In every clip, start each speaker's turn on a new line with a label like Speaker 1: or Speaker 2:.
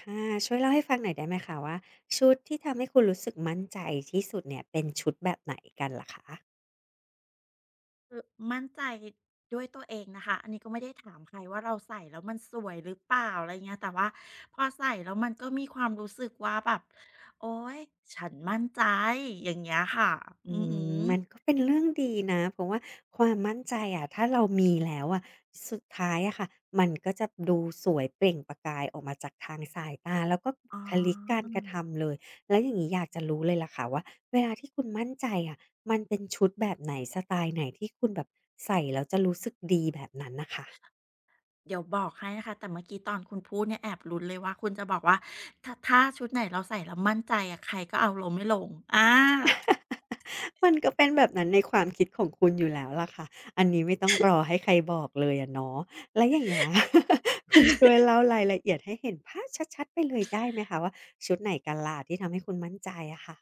Speaker 1: ค่ะช่วยเล่าให้ฟังหน่อยได้ไหมคะว่าชุดที่ทำให้คุณรู้สึกมั่นใจที่สุดเนี่ยเป็นชุดแบบไหนกันล่ะคะ
Speaker 2: คือมั่นใจด้วยตัวเองนะคะอันนี้ก็ไม่ได้ถามใครว่าเราใส่แล้วมันสวยหรือเปล่าอะไรเงี้ยแต่ว่าพอใส่แล้วมันก็มีความรู้สึกว่าแบบโอ๊ยฉันมั่นใจอย่างเงี้ยค่ะ
Speaker 1: อื
Speaker 2: อือหื
Speaker 1: ม
Speaker 2: อ
Speaker 1: มันก็เป็นเรื่องดีนะเพราะว่าความมั่นใจอะถ้าเรามีแล้วอะสุดท้ายอะค่ะมันก็จะดูสวยเปล่งประกายออกมาจากทางสายตาแล้วก็บุ
Speaker 2: อ๋
Speaker 1: คลิกการ
Speaker 2: อ
Speaker 1: กระทำเลยแล้วอย่างงี้อยากจะรู้เลยล่ะค่ะว่าเวลาที่คุณมั่นใจอะมันเป็นชุดแบบไหนสไตล์ไหนที่คุณแบบใส่แล้วจะรู้สึกดีแบบนั้นน่ะค่ะ
Speaker 2: เดี๋ยวบอกให้นะคะแต่เมื่อกี้ตอนคุณพูดเนี่ยแอบลุ้นเลยว่าคุณจะบอกว่าถ้าชุดไหนเราใส่แล้วมั่นใจอะใครก็เอาลงไม่ลงอา
Speaker 1: มันก็เป็นแบบนั้นในความคิดของคุณอยู่แล้วล่ะค่ะ อันนี้ไม่ต้องรอให้ใครบอกเลยอะเนาะแล้วอย่างเงี้ย คุณช่วยเล่ารายละเอียดให้เห็นภาพชัดๆไปเลยได้ไหมคะว่าชุดไหนกันล่ะที่ทำให้คุณมั่นใจอะค่ะ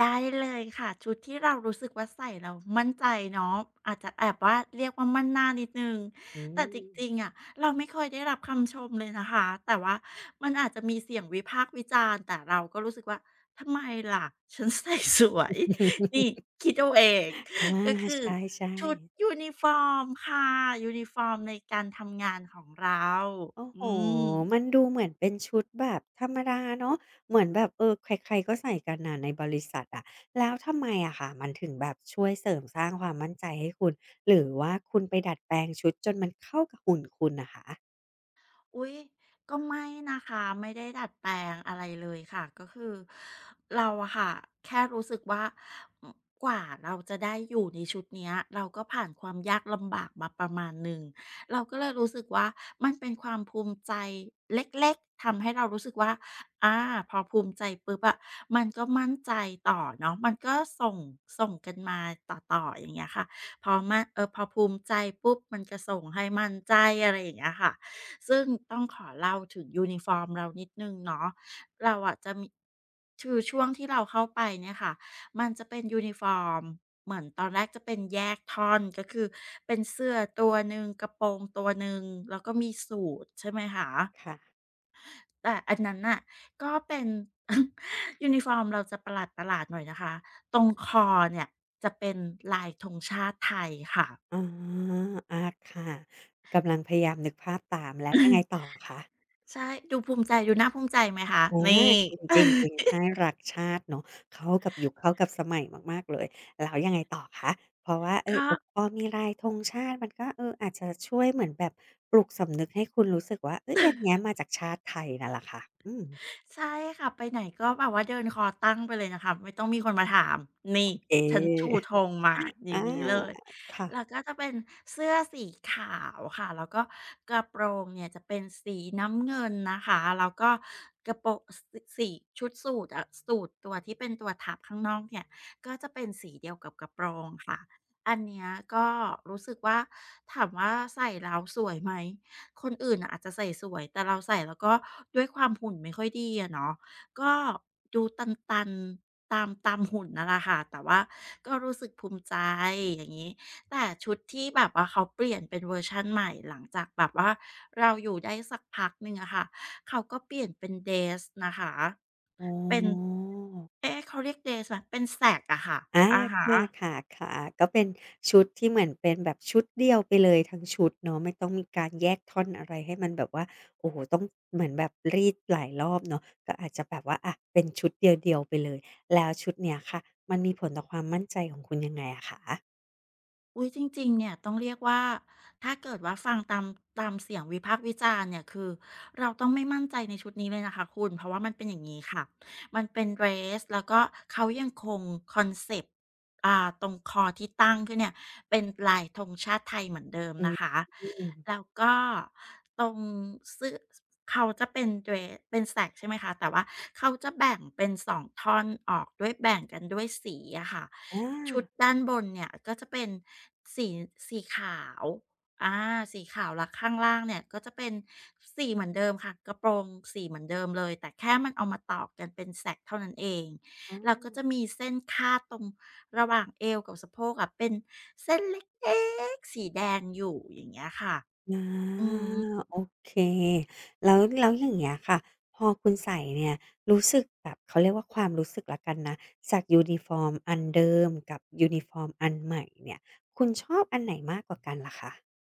Speaker 2: ได้เลยค่ะชุดที่เรารู้สึกว่าใส่เรามั่นใจเนาะอาจจะแอบว่าเรียกว่ามั่นหน้านิดนึง
Speaker 1: อื
Speaker 2: แต่จ
Speaker 1: ม
Speaker 2: ริงๆอะเราไม่ค่อยได้รับคำชมเลยนะคะแต่ว่ามันอาจจะมีเสียงวิพากษ์วิจารณ์แต่เราก็รู้สึกว่าทำไมล่ะฉันใส่สวย นี่คิดเอาเอง
Speaker 1: อา
Speaker 2: ก็คื
Speaker 1: ใ
Speaker 2: อ
Speaker 1: ช่
Speaker 2: ชุด
Speaker 1: ๆ
Speaker 2: ยูนิฟอร์มค่ะยูนิฟอร์มในการทำงานของเรา
Speaker 1: โอ้โห
Speaker 2: อืม
Speaker 1: มันดูเหมือนเป็นชุดแบบธรรมดาเนาะเหมือนแบบเออใครๆก็ใส่กันน่ะในบริษัทอะแล้วทำไมอะค่ะ มันถึงแบบช่วยเสริมสร้างความมั่นใจให้คุณ หรือว่าคุณไปดัดแปลงชุดจนมันเข้ากับหุ่นคุณน่ะคะ
Speaker 2: อุ๊ยก็ไม่นะคะไม่ได้ดัดแปลงอะไรเลยค่ะก็คือเราอะค่ะแค่รู้สึกว่ากว่าเราจะได้อยู่ในชุดเนี้ยเราก็ผ่านความยากลำบากมาประมาณหนึ่งเราก็เลยรู้สึกว่ามันเป็นความภูมิใจเล็กๆทำให้เรารู้สึกว่าอาพอภูมิใจปุ๊บอะมันก็มั่นใจต่อเนาะมันก็ส่งส่งกันมาต่อๆอย่างเงี้ยค่ะพอมั่นเออพอภูมิใจปุ๊บมันก็ส่งให้มั่นใจอะไรอย่างเงี้ยค่ะ ซึ่งต้องขอเล่าถึงยูนิฟอร์มเรานิดหนึ่งเนาะเราอะจะมีคือช่วงที่เราเข้าไปเนี่ยค่ะมันจะเป็นยูนิฟอร์มเหมือนตอนแรกจะเป็นแยกท่อนก็คือเป็นเสื้อตัวหนึ่งกระโปรงตัวหนึ่งแล้วก็มีสูทใช่ไหมคะ
Speaker 1: ค่ะ
Speaker 2: แต่อันนั้นน่ะ ก็เป็น ยูนิฟอร์มเราจะประหลาดประหลาดหน่อยนะคะตรงคอเนี่ยจะเป็นลายธงชาติไทยค่ะ
Speaker 1: อ๋ออาค่ะ กำลังพยายามนึกภาพตามแล้วยังไงต่อ คะ
Speaker 2: ใช่ดูภูมิใจดูน่าภูมิใจไหมคะ
Speaker 1: อ
Speaker 2: นี่
Speaker 1: าจริงจริงจริงใช่รักชาติเนาะเข้ากับยุคเข้ากับสมัยมากๆเลยแล้วยังไงต่อคะเพราะว่า เออ
Speaker 2: ก็
Speaker 1: แบบพอมีลายธงชาติมันก็เอออาจจะช่วยเหมือนแบบปลุกสำนึกให้คุณรู้สึกว่าเฮ้ยอันเนี้ยมาจากชาติไทยนั่นแหละค่ะอืม
Speaker 2: ใช่ค่ะไปไหนก็แบบว่าเดินคอตั้งไปเลยนะคะไม่ต้องมีคนมาถามนี่
Speaker 1: เ
Speaker 2: ฉันชู
Speaker 1: อ
Speaker 2: ธงมาอย่าง
Speaker 1: อา
Speaker 2: นี้เลยแล้ว
Speaker 1: ค่ะ
Speaker 2: ก็จะเป็นเสื้อสีขาวค่ะแล้วก็กระโปรงเนี่ยจะเป็นสีน้ำเงินนะคะแล้วก็กระโปรงสสีชุดสูทอะสูทตัวที่เป็นตัวทับข้างนอกเนี่ยก็จะเป็นสีเดียวกับกระโปรงค่ะอันเนี้ยก็รู้สึกว่าถามว่าใส่แล้วสวยไหม คนอื่นน่ะอาจจะใส่สวยแต่เราใส่แล้วก็ด้วยความหุ่นไม่ค่อยดีอะเนาะก็ดูตันๆตามหุ่นนั่นแหละค่ะแต่ว่าก็รู้สึกภูมิใจอย่างงี้แต่ชุดที่แบบว่าเขาเปลี่ยนเป็นเวอร์ชันใหม่หลังจากแบบว่าเราอยู่ได้สักพักหนึ่งอะค่ะเขาก็เปลี่ยนเป็นเดรสนะคะ
Speaker 1: อ๋อ
Speaker 2: เป็นเอ๊ะเขาเรียกเดรสไหมเป็นแสกอะค่ะ
Speaker 1: อา
Speaker 2: อะฮะ
Speaker 1: ค่ะๆๆก็เป็นชุดที่เหมือนเป็นแบบชุดเดียวไปเลยทั้งชุดเนาะไม่ต้องมีการแยกท่อนอะไรให้มันแบบว่าโอ้โฮต้องเหมือนแบบรีดหลายรอบเนาะก็อาจจะแบบว่าอะเป็นชุดเดียวๆไปเลยแล้วชุดเนี้ยค่ะมันมีผลต่อความมั่นใจของคุณยังไงอะคะ
Speaker 2: อุ๊ยจริงๆเนี่ยต้องเรียกว่าถ้าเกิดว่าฟังตามเสียงวิพากษ์วิจารณ์เนี่ยคือเราต้องไม่มั่นใจในชุดนี้เลยนะคะคุณเพราะว่ามันเป็นอย่างงี้ค่ะมันเป็นเดรสแล้วก็เขายังคงคอนเซปต์ตรงคอที่ตั้งขึ้นเนี่ยเป็นลายธงชาติไทยเหมือนเดิม
Speaker 1: อ
Speaker 2: นะคะ
Speaker 1: ืม
Speaker 2: แล้วก็ตรงเสื้อเขาจะเป็นเดรสเป็น Sack ใช่ไหมคะแต่ว่าเขาจะแบ่งเป็นสองท่อนออกด้วยแบ่งกันด้วยสีอะค่ะ
Speaker 1: อา
Speaker 2: ชุดด้านบนเนี่ยก็จะเป็นสีสีขาวอาสีขาวแล้วข้างล่างเนี่ยก็จะเป็นสีเหมือนเดิมค่ะกระโปรงสีเหมือนเดิมเลยแต่แค่มันเอามาต่อกันเป็นแสกเท่านั้นเอง
Speaker 1: อ๋อ
Speaker 2: แล้วก็จะมีเส้นคาดตรงระหว่างเอวกับสะโพกอะเป็นเส้นเล็กๆสีแดงอยู่อย่างเงี้ยค่ะ
Speaker 1: อ
Speaker 2: อื
Speaker 1: า
Speaker 2: ม
Speaker 1: โอเคแล้วอย่างเงี้ยค่ะพอคุณใส่เนี่ยรู้สึกแบบเขาเรียกว่าความรู้สึกแล้วกันนะจากยูนิฟอร์มอันเดิมกับยูนิฟอร์มอันใหม่เนี่ยคุณชอบอันไหนมากกว่ากันล่ะคะ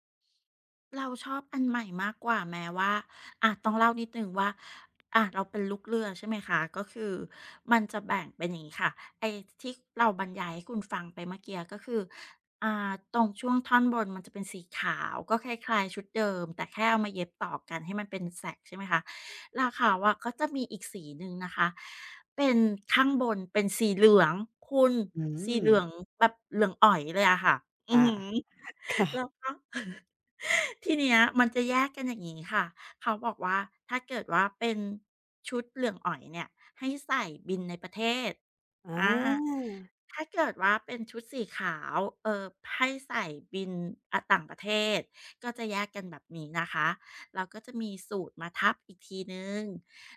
Speaker 2: เราชอบอันใหม่มากกว่าแม้ว่าอะต้องเล่านิดหนึ่งว่าอะเราเป็นลูกเรือใช่ไหมคะ ก็คือมันจะแบ่งเป็นอย่างงี้ค่ะ ไอ้ที่เราบรรยายให้คุณฟังไปเมื่อกี้ก็คือตรงช่วงท่อนบนมันจะเป็นสีขาว ก็คล้ายๆชุดเดิมแต่แค่เอามาเย็บต่อกันให้มันเป็น sack ใช่ไหมคะแล้วเขาอะก็จะมีอีกสีหนึ่งนะคะเป็นข้างบนเป็นสีเหลืองคุณ
Speaker 1: อื
Speaker 2: สี
Speaker 1: ม
Speaker 2: เหลืองแบบเหลืองอ๋อยเลยอะค่ะอือ
Speaker 1: ค่ะ
Speaker 2: ฮึ
Speaker 1: ค่ะ
Speaker 2: แล้วก็ ทีเนี้ยมันจะแยกกันอย่างนี้ค่ะเขาบอกว่าถ้าเกิดว่าเป็นชุดเหลืองอ๋อยเนี่ยให้ใส่บินในประเทศ
Speaker 1: อา
Speaker 2: อาถ้าเกิดว่าเป็นชุดสีขาวเออให้ใส่บินต่างประเทศก็จะแยกกันแบบนี้นะคะเราก็จะมีสูตรมาทับอีกทีหนึ่ง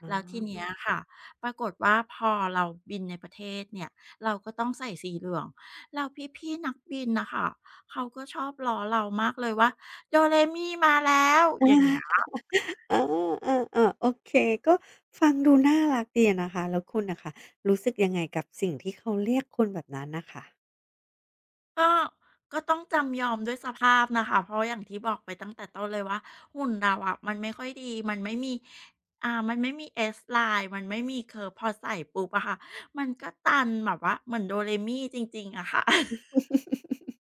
Speaker 1: อ๋
Speaker 2: แล้วทีเนี้
Speaker 1: อ
Speaker 2: ยค่ะปรากฏว่าพอเราบินในประเทศเนี่ยเราก็ต้องใส่สีเหลืองเราพี่ๆนักบินนะคะ เขาก็ชอบล้อเรามากเลยว่าโดเรมิมาแล้วอย่างเงี้ย
Speaker 1: เอาเออๆๆโอเคก็ฟังดูน่ารักดีอะนะคะแล้วคุณน่ะค่ะรู้สึกยังไงกับสิ่งที่เขาเรียกคุณแบบนั้นน่ะค่ะ
Speaker 2: ก็ก็ต้องจำยอมด้วยสภาพนะคะเพราะอย่างที่บอกไปตั้งแต่ต้นเลยว่าหุ่นเราอะมันไม่ค่อยดีมันไม่มีมันไม่มี S line มันไม่มี curve พอใส่ปุ๊บอะค่ะมันก็ตันแบบว่าเหมือนโดเรมิจริงๆอะค่ะ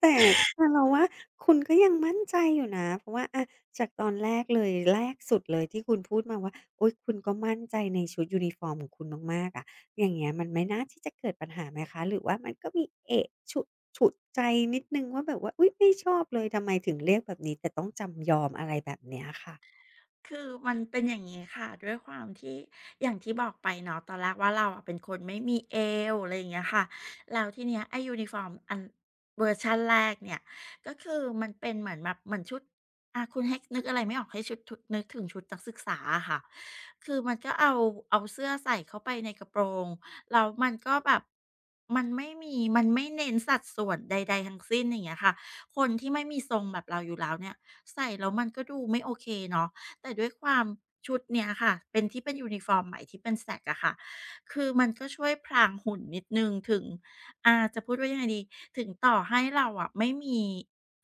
Speaker 1: แต่แต่เราว่าคุณก็ยังมั่นใจอยู่นะเพราะว่าอะจากตอนแรกเลยแรกสุดเลยที่คุณพูดมาว่าโอ๊ยคุณก็มั่นใจในชุดยูนิฟอร์มของคุณมากๆอะอย่างเงี้ยมันไม่น่าที่จะเกิดปัญหาไหมคะหรือว่ามันก็มีเอะฉุกใจนิดหนึ่งว่าแบบว่าอุ๊ยไม่ชอบเลยทำไมถึงเรียกแบบนี้แต่ต้องจำยอมอะไรแบบเนี้ยค่ะ
Speaker 2: คือมันเป็นอย่างนี้ค่ะด้วยความที่อย่างที่บอกไปเนาะตอนแรกว่าเราอะเป็นคนไม่มีเอวอะไรอย่างเงี้ยค่ะแล้วทีเนี้ยไอ้ยูนิฟอร์มอันเวอร์ชันแรกเนี่ยก็คือมันเป็นเหมือนแบบเหมือนชุดคุณให้นึกอะไรไม่ออกให้ชุดนึกถึงชุดนักศึกษาอะค่ะคือมันก็เอาเสื้อใส่เข้าไปในกระโปรงแล้วมันก็แบบมันไม่เน้นสัดส่วนใดๆทั้งสิ้นอย่างเงี้ยค่ะคนที่ไม่มีทรงแบบเราอยู่แล้วเนี่ยใส่แล้วมันก็ดูไม่โอเคเนาะ แต่ด้วยความชุดเนี้ยค่ะเป็นที่เป็นยูนิฟอร์มใหม่ที่เป็นแสกอะค่ะคือมันก็ช่วยพรางหุ่นนิดหนึ่งถึงจะพูดว่ายังไงดีถึงต่อให้เราอะไม่มี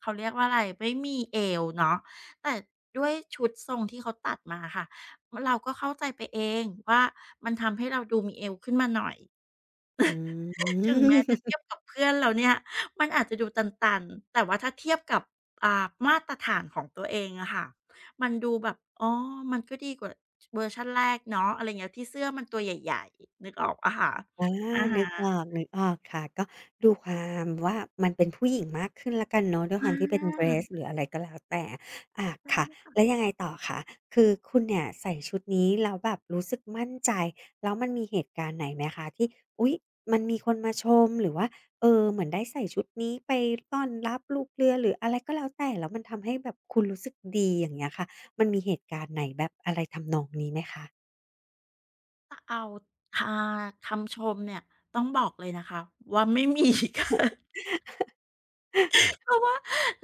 Speaker 2: เขาเรียกว่าอะไรไม่มีเอวเนาะแต่ด้วยชุดทรงที่เขาตัดมาอะค่ะเราก็เข้าใจไปเองว่ามันทำให้เราดูมีเอวขึ้นมาหน่อย
Speaker 1: อื
Speaker 2: ถึงแม้จะ
Speaker 1: ม
Speaker 2: เทียบกับเพื่อนแล้วเนี่ยมันอาจจะดูตันๆแต่ว่าถ้าเทียบกับมาตรฐานของตัวเองอะค่ะมันดูแบบอ๋อมันก็ดีกว่าชเวอร์ชันแรกเนาะอะไรเงี้ยที่เสื้อมันตัวใหญ่ๆนึกออกเปล่าคะ
Speaker 1: อา
Speaker 2: อะ
Speaker 1: นึก
Speaker 2: ฮะ
Speaker 1: ออกนึกออกค่ะก็ดูความว่ามันเป็นผู้หญิงมากขึ้นแล้วกันเนาะด้วย
Speaker 2: อ
Speaker 1: ความที่เป็นเดร
Speaker 2: า
Speaker 1: สหรืออะไรก็แล้วแต่อา
Speaker 2: ใช่
Speaker 1: ค่ะ
Speaker 2: ค่ะ
Speaker 1: แล้วยังไงต่อคะคือคุณเนี่ยใส่ชุดนี้แล้วแบบรู้สึกมั่นใจแล้วมันมีเหตุการณ์ไหนไหมคะที่อุ๊ยมันมีคนมาชมหรือว่าเออเหมือนได้ใส่ชุดนี้ไปต้อนรับลูกเรือหรืออะไรก็แล้วแต่แล้วมันทำให้แบบคุณรู้สึกดีอย่างเงี้ยค่ะมันมีเหตุการณ์ไหนแบบอะไรทำนองนี้ไหมคะ
Speaker 2: ถ้าเอาอ่าคำชมเนี่ยต้องบอกเลยนะคะว่าไม่มี ค่ะ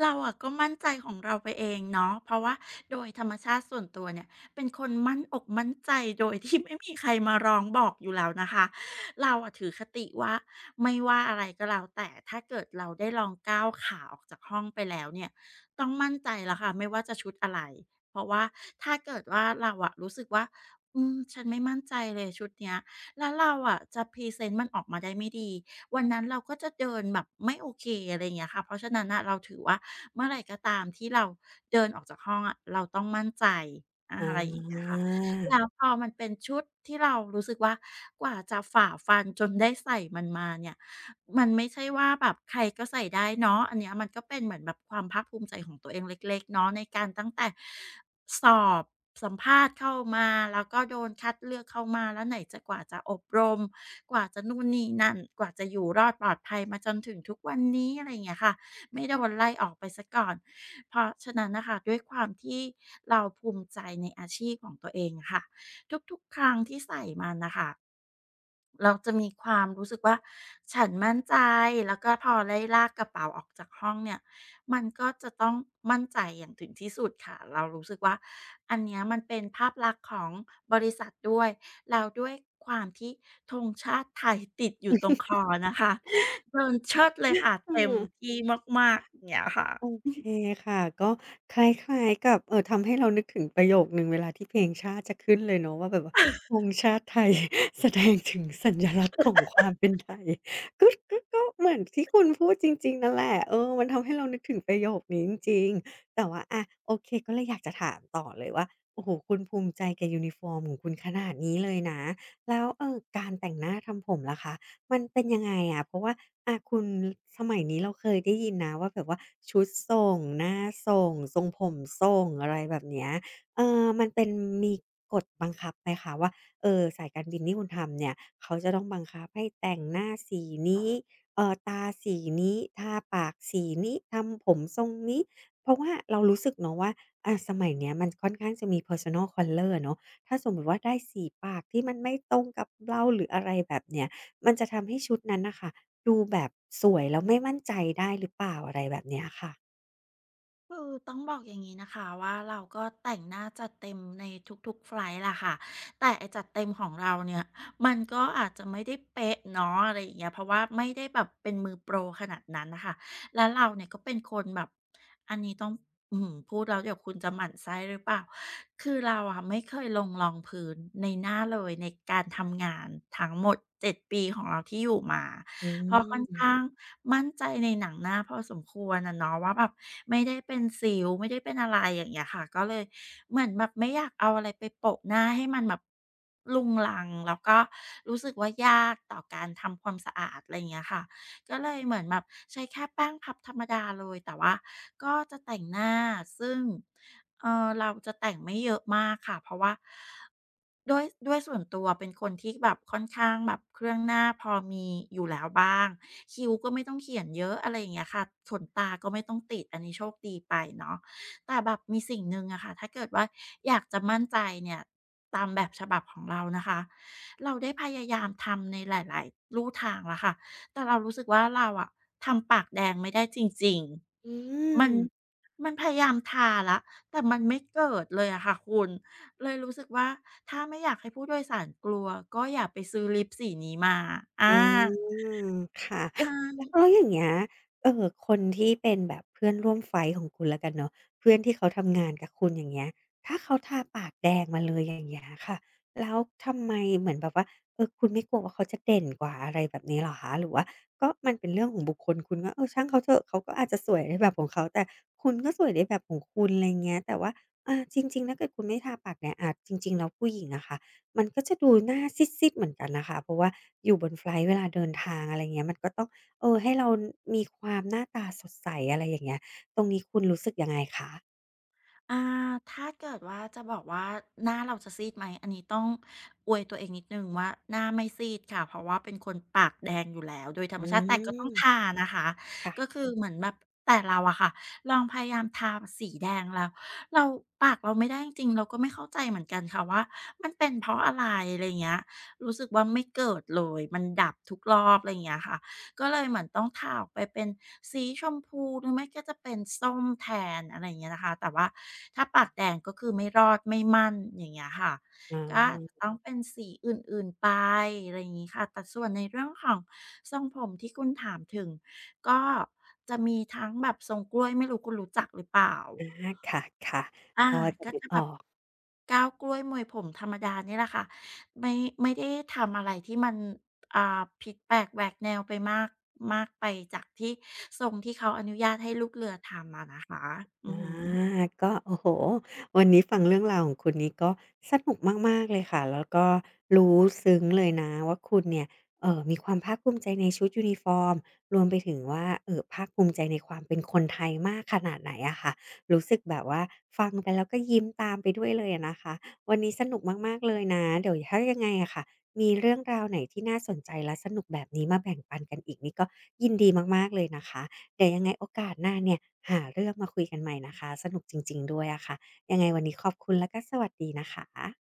Speaker 2: เราอะก็มั่นใจของเราไปเองเนาะเพราะว่าโดยธรรมชาติส่วนตัวเนี่ยเป็นคนมั่นอกมั่นใจโดยที่ไม่มีใครมาร้องบอกอยู่แล้วนะคะเราอะถือคติว่าไม่ว่าอะไรก็แล้วแต่ถ้าเกิดเราได้ลองก้าวขาออกจากห้องไปแล้วเนี่ยต้องมั่นใจแล้วค่ะไม่ว่าจะชุดอะไรเพราะว่าถ้าเกิดว่าเราอะรู้สึกว่าอืมฉันไม่มั่นใจเลยชุดเนี้ยแล้วเราอะจะพรีเซนต์มันออกมาได้ไม่ดี วันนั้นเราก็จะเดินแบบไม่โอเคอะไรอย่างเงี้ยค่ะเพราะฉะนั้นน่ะเราถือว่าเมื่อไหรก็ตามที่เราเดินออกจากห้องอะเราต้องมั่นใจ
Speaker 1: อา
Speaker 2: อะไรอย่างเงี้ยค่ะแล้วพอมันเป็นชุดที่เรารู้สึกว่ากว่าจะฝ่าฟันจนได้ใส่มันมาเนี่ย มันไม่ใช่ว่าแบบใครก็ใส่ได้เนาะอันเนี้ยมันก็เป็นเหมือนแบบความภาคภูมิใจของตัวเองเล็กๆเนาะในการตั้งแต่สอบสัมภาษณ์เข้ามาแล้วก็โดนคัดเลือกเข้ามาแล้วไหนจะกว่าจะอบรมกว่าจะนู่นนี่นั่นกว่าจะอยู่รอดปลอดภัยมาจนถึงทุกวันนี้อะไรอย่างเงี้ยค่ะไม่โดนไล่ออกไปเสียก่อนเพราะฉะนั้นน่ะค่ะด้วยความที่เราภูมิใจในอาชีพของตัวเองอะค่ะทุกๆครั้งที่ใส่มันน่ะค่ะ เราจะมีความรู้สึกว่าฉันมั่นใจแล้วก็พอได้ลากกระเป๋าออกจากห้องเนี่ยมันก็จะต้องมั่นใจอย่างถึงที่สุดค่ะเรารู้สึกว่าอันเนี้ยมันเป็นภาพลักษณ์ของบริษัทด้วยแล้วด้วยความที่ธงชาติไทยติดอยู่ตรงคอนะคะเดินเชิดเลยค่ะ
Speaker 1: เอ
Speaker 2: เต็ม
Speaker 1: อ
Speaker 2: ที่มากๆอย่างเงี้ยค่ะ
Speaker 1: โอเคค่ะก็คล้ายๆกับเอ่อทำให้เรานึกถึงประโยคหนึ่งเวลาที่เพลงชาติจะขึ้นเลยเนาะว่าแบบว่าธงชาติไทย แสดงถึงสัญลักษณ์ของความเป็นไทย ก็เหมือนที่คุณพูดจริงๆนั่นแหละเออมันทำให้เรานึกถึงประโยคนี้จริงๆแต่ว่าอะโอเคก็เลยอยากจะถามต่อเลยว่าโอ้โฮคุณภูมิใจกับยูนิฟอร์มของคุณขนาดนี้เลยนะแล้วการแต่งหน้าทำผมล่ะคะ มันเป็นยังไงอะเพราะว่าอาคุณสมัยนี้เราเคยได้ยินนะว่าแบบว่าชุดส่งหน้าส่งทรงผมส่งอะไรแบบเนี้ยมันเป็นมีกฎบังคับไหมคะว่า สายการบินที่คุณทำเนี่ยเขาจะต้องบังคับให้แต่งหน้าสีนี้ตาสีนี้ทาปากสีนี้ทำผมทรงนี้เพราะว่าเรารู้สึกเนาะว่าอาสมัยเนี้ยมันค่อนข้างจะมี Personal Color อะเนาะถ้าสมมุติว่าได้สีปากที่มันไม่ตรงกับเราหรืออะไรแบบเนี้ย มันจะทำให้ชุดนั้นน่ะค่ะดูแบบสวยแล้วไม่มั่นใจได้หรือเปล่าอะไรแบบเนี้ยค่ะ
Speaker 2: คือต้องบอกอย่างนี้นะคะว่าเราก็แต่งหน้าจัดเต็มในทุกๆไฟล์ล่ะค่ะแต่ไอจัดเต็มของเราเนี่ยมันก็อาจจะไม่ได้เป๊ะเนาะอะไรอย่างเงี้ยเพราะว่าไม่ได้แบบเป็นมือโปรขนาดนั้นนะคะแล้วเราเนี่ยก็เป็นคนแบบอันนี้ต้องอือหือพูดแล้วเดี๋ยวคุณจะหมั่นไส้หรือเปล่าคือเราอะไม่เคยลงรองพื้นในหน้าเลยในการทำงานทั้งหมด7 ปีของเราที่อยู่มา
Speaker 1: อื
Speaker 2: เพราะค่อนข้าง
Speaker 1: ม
Speaker 2: มั่นใจในหนังหน้าพอสมควรอะเนาะว่าแบบไม่ได้เป็นสิวไม่ได้เป็นอะไรอย่างเงี้ยค่ะก็เลยเหมือนแบบไม่อยากเอาอะไรไปโปะหน้าให้มันแบบรุงรังแล้วก็รู้สึกว่ายากต่อการทำความสะอาดอะไรอย่างเงี้ยค่ะ ก็เลยเหมือนแบบใช้แค่แป้งพับธรรมดาเลยแต่ว่าก็จะแต่งหน้าซึ่งเราจะแต่งไม่เยอะมากค่ะเพราะว่าด้วยส่วนตัวเป็นคนที่แบบค่อนข้างแบบเครื่องหน้าพอมีอยู่แล้วบ้างคิ้วก็ไม่ต้องเขียนเยอะอะไรอย่างเงี้ยค่ะขนตาก็ไม่ต้องติดอันนี้โชคดีไปเนาะแต่แบบมีสิ่งหนึ่งอะค่ะถ้าเกิดว่าอยากจะมั่นใจเนี่ยตามแบบฉบับของเรานะคะเราได้พยายามทำในหลายๆลู่ทางแล้วค่ะ แต่เรารู้สึกว่าเราอะทำปากแดงไม่ได้จริง
Speaker 1: อื
Speaker 2: ๆมัน
Speaker 1: ม
Speaker 2: มันพยายามทาแล้วแต่มันไม่เกิดเลยอะค่ะคุณเลยรู้สึกว่าถ้าไม่อยากให้ผู้โดยสารกลัวก็อย่าไปซื้อลิปสีนี้มาอา
Speaker 1: อืมค่ะ
Speaker 2: ใช่
Speaker 1: แล้วอย่างเงี้ยคนที่เป็นแบบเพื่อนร่วมไฟต์ของคุณแล้วกันเนาะเพื่อนที่เขาทำงานกับคุณอย่างเงี้ยถ้าเขาทาปากแดงมาเลยอย่างเงี้ยค่ะแล้วทำไมเหมือนแบบว่าเออคุณไม่กลัวว่าเขาจะเด่นกว่าอะไรแบบนี้เหรอคะหรือว่าก็มันเป็นเรื่องของบุคคลคุณก็เออช่างเขาเถอะเขาก็อาจจะสวยในแบบของเขาแต่คุณก็สวยในแบบของคุณไรเงี้ยแต่ว่าอาจริงๆถ้าเกิดคุณไม่ทาปากแดงอาจริงๆแล้วผู้หญิงอะค่ะ มันก็จะดูหน้าซีดๆเหมือนกันนะคะเพราะว่าอยู่บนไฟลท์เวลาเดินทางอะไรเงี้ยมันก็ต้องเออให้เรามีความหน้าตาสดใสอะไรอย่างเงี้ยตรงนี้คุณรู้สึกยังไงคะ
Speaker 2: อ่าถ้าเกิดว่าจะบอกว่าหน้าเราจะซีดไหม อันนี้ต้องอวยตัวเองนิดหนึ่งว่าหน้าไม่ซีดค่ะ เพราะว่าเป็นคนปากแดงอยู่แล้วโดยธรร
Speaker 1: อื
Speaker 2: มชาติแต่ก็ต้อง
Speaker 1: ม
Speaker 2: ทานะคะ ก็
Speaker 1: ค่ะ
Speaker 2: คือเหมือนแบบแต่เราอะค่ะลองพยายามทาสีแดงแล้วเราปากเราไม่ได้จริงๆเราก็ไม่เข้าใจเหมือนกันค่ะว่ามันเป็นเพราะอะไรอะไรยเงี้ยรู้สึกว่าไม่เกิดเลยมันดับทุกรอบอะไรเงี้ยค่ะ ก็เลยเหมือนต้องทาออกไปเป็นสีชมพูหรือไม่ก็จะเป็นส้มแทนอะไรอย่างเงี้ยนะคะแต่ว่าถ้าปากแดงก็คือไม่รอดไม่มั่นอย่างเงี้ยค่ะ
Speaker 1: อ๋อ
Speaker 2: ก็อาจจะต้องเป็นสีอื่นๆไปอะไรอย่างงี้ค่ะแต่ส่วนในเรื่องของทรงผมที่คุณถามถึงก็จะมีทั้งแบบทรงกล้วยไม่รู้คุณรู้จักหรือเปล่า
Speaker 1: อาค่ะ
Speaker 2: อา
Speaker 1: ๆพอจะ
Speaker 2: ก็
Speaker 1: นึก
Speaker 2: จะ
Speaker 1: อ
Speaker 2: แบ
Speaker 1: อ
Speaker 2: บ
Speaker 1: ก
Speaker 2: ก้าวกล้วยมวยผมธรรมดานี่แหละค่ะไม่ไม่ได้ทำอะไรที่มันอ่าผิดแปลกแหวกแนวไปมากมากไปจากที่ทรงที่เขาอนุญาตให้ลูกเรือทำอะนะคะอือ
Speaker 1: อา
Speaker 2: หื
Speaker 1: ก็โอ้โฮวันนี้ฟังเรื่องราวของคุณนี้ก็สนุกมากๆเลยค่ะแล้วก็รู้ซึ้งเลยนะว่าคุณเนี่ยมีความภาคภูมิใจในชุดยูนิฟอร์มรวมไปถึงว่าภาคภูมิใจในความเป็นคนไทยมากขนาดไหนอะค่ะรู้สึกแบบว่าฟังไปแล้วก็ยิ้มตามไปด้วยเลยอะนะคะวันนี้สนุกมากๆเลยนะเดี๋ยวถ้ายังไงอะค่ะมีเรื่องราวไหนที่น่าสนใจและสนุกแบบนี้มาแบ่งปันกันอีกนี่ก็ยินดีมากๆเลยนะคะ เดี๋ยวยังไงโอกาสหน้าเนี่ยหาเรื่องมาคุยกันใหม่นะคะสนุกจริงๆด้วยอะค่ะยังไงวันนี้ขอบคุณแล้วก็สวัสดีนะคะ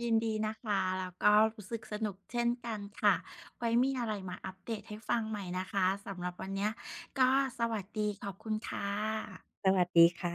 Speaker 2: อยินดีนะคะแล้วก็รู้สึกสนุกเช่นกันค่ะไว้มีอะไรมาอัปเดตให้ฟังใหม่นะคะสำหรับวันเนี้ยก็สวัสดีขอบคุณค่ะ
Speaker 1: สวัสดีค่ะ